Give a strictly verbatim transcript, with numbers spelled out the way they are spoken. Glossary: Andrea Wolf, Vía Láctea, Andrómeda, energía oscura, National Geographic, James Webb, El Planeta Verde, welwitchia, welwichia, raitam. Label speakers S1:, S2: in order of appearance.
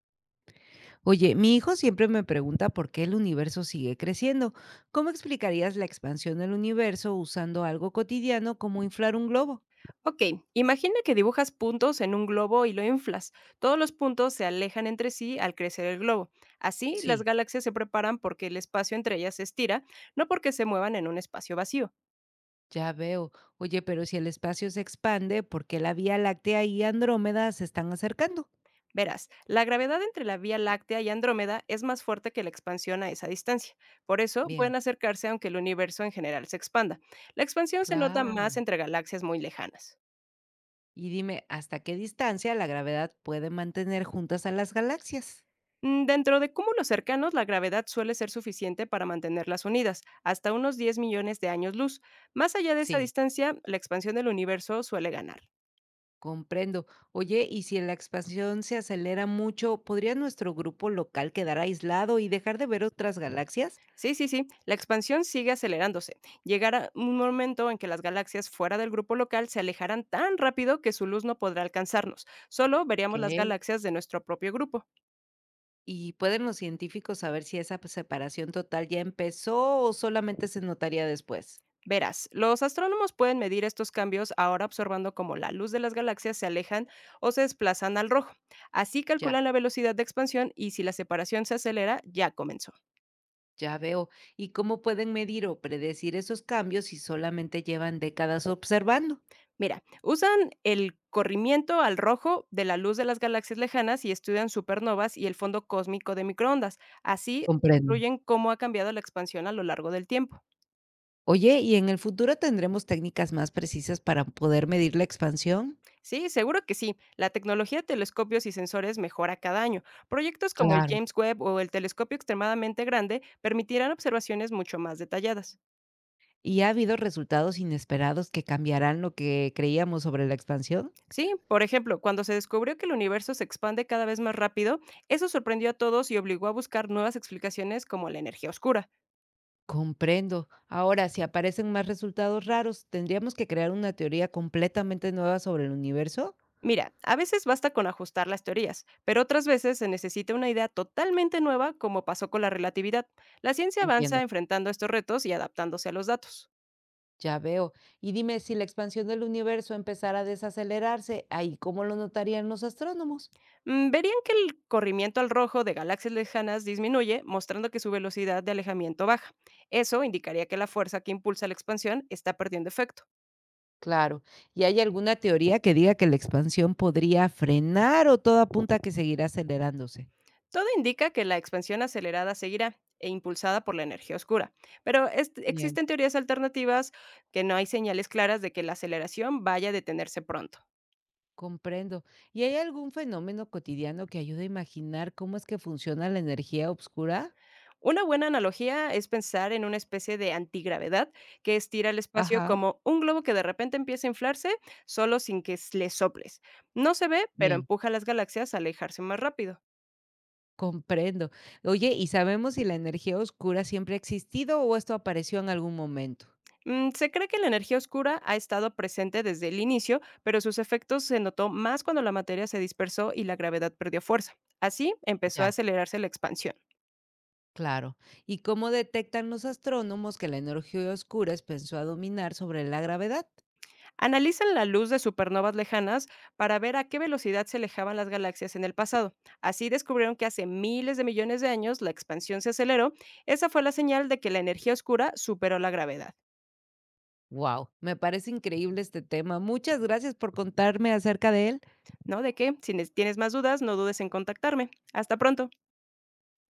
S1: Oye, mi hijo siempre me pregunta por qué el universo sigue creciendo. ¿Cómo explicarías la expansión del universo usando algo cotidiano como inflar un globo?
S2: Ok, imagina que dibujas puntos en un globo y lo inflas. Todos los puntos se alejan entre sí al crecer el globo. Así, las
S1: Sí,
S2: galaxias se preparan porque el espacio entre ellas se estira, no porque se muevan en un espacio vacío.
S1: ya veo. Oye, pero si el espacio se expande, ¿por qué la Vía Láctea y Andrómeda se están acercando?
S2: Verás, la gravedad entre la Vía Láctea y Andrómeda es más fuerte que la expansión a esa distancia. Por eso,
S1: Bien.
S2: pueden acercarse aunque el universo en general se expanda. La expansión se nota más
S1: Claro.
S2: entre galaxias muy lejanas.
S1: Y dime, ¿hasta qué distancia la gravedad puede mantener juntas a las galaxias?
S2: Mm, Dentro de cúmulos cercanos, la gravedad suele ser suficiente para mantenerlas unidas, hasta unos diez millones de años luz. Más allá de esa
S1: Sí.
S2: distancia, la expansión del universo suele ganar.
S1: Comprendo. Oye, y si la expansión se acelera mucho, ¿podría nuestro grupo local quedar aislado y dejar de ver otras galaxias?
S2: Sí, sí, sí, la expansión sigue acelerándose. Llegará un momento en que las galaxias fuera del grupo local se alejarán tan rápido que su luz no podrá alcanzarnos. Solo veríamos las
S1: Ok.
S2: galaxias de nuestro propio grupo.
S1: ¿Y pueden los científicos saber si esa separación total ya empezó o solamente se notaría después?
S2: Verás, los astrónomos pueden medir estos cambios ahora observando cómo la luz de las galaxias se alejan o se desplazan al rojo. Así
S1: Ya.
S2: calculan la velocidad de expansión y si la separación se acelera, ya comenzó.
S1: Ya veo. ¿Y cómo pueden medir o predecir esos cambios si solamente llevan décadas observando?
S2: Mira, usan el corrimiento al rojo de la luz de las galaxias lejanas y estudian supernovas y el fondo cósmico de microondas. Así,
S1: Comprendo.
S2: incluyen cómo ha cambiado la expansión a lo largo del tiempo.
S1: Oye, ¿y en el futuro tendremos técnicas más precisas para poder medir la expansión?
S2: Sí, seguro que sí. La tecnología de telescopios y sensores mejora cada año. Proyectos como el
S1: Claro.
S2: James Webb o el telescopio extremadamente grande permitirán observaciones mucho más detalladas.
S1: ¿Y ha habido resultados inesperados que cambiarán lo que creíamos sobre la expansión?
S2: Sí, por ejemplo, cuando se descubrió que el universo se expande cada vez más rápido, eso sorprendió a todos y obligó a buscar nuevas explicaciones como la energía oscura.
S1: Comprendo. Ahora, si aparecen más resultados raros, ¿tendríamos que crear una teoría completamente nueva sobre el universo?
S2: Mira, a veces basta con ajustar las teorías, pero otras veces se necesita una idea totalmente nueva como pasó con la relatividad. La ciencia
S1: Entiendo,
S2: avanza enfrentando estos retos y adaptándose a los datos.
S1: ya veo. Y dime, si la expansión del universo empezara a desacelerarse, ¿ahí cómo lo notarían los astrónomos?
S2: Mm, Verían que el corrimiento al rojo de galaxias lejanas disminuye, mostrando que su velocidad de alejamiento baja. Eso indicaría que la fuerza que impulsa la expansión está perdiendo efecto.
S1: Claro. ¿Y hay alguna teoría que diga que la expansión podría frenar o todo apunta a que seguirá acelerándose?
S2: Todo indica que la expansión acelerada seguirá e impulsada por la energía oscura. Pero est-
S1: Bien.
S2: existen teorías alternativas que no hay señales claras de que la aceleración vaya a detenerse pronto.
S1: Comprendo. ¿Y hay algún fenómeno cotidiano que ayude a imaginar cómo es que funciona la energía oscura?
S2: Una buena analogía es pensar en una especie de antigravedad que estira el espacio
S1: Ajá,
S2: como un globo que de repente empieza a inflarse solo sin que s- le soples. No se ve, pero
S1: bien,
S2: empuja a las galaxias a alejarse más rápido.
S1: comprendo. Oye, ¿y sabemos si la energía oscura siempre ha existido o esto apareció en algún momento?
S2: Mm, se cree que la energía oscura ha estado presente desde el inicio, pero sus efectos se notó más cuando la materia se dispersó y la gravedad perdió fuerza. Así empezó a
S1: Ya,
S2: acelerarse la expansión.
S1: claro. ¿Y cómo detectan los astrónomos que la energía oscura empezó a dominar sobre la gravedad?
S2: Analizan la luz de supernovas lejanas para ver a qué velocidad se alejaban las galaxias en el pasado. Así descubrieron que hace miles de millones de años la expansión se aceleró. Esa fue la señal de que la energía oscura superó la gravedad.
S1: Wow, me parece increíble este tema. Muchas gracias por contarme acerca de él.
S2: ¿No? De que si ne- tienes más dudas, no dudes en contactarme. Hasta pronto.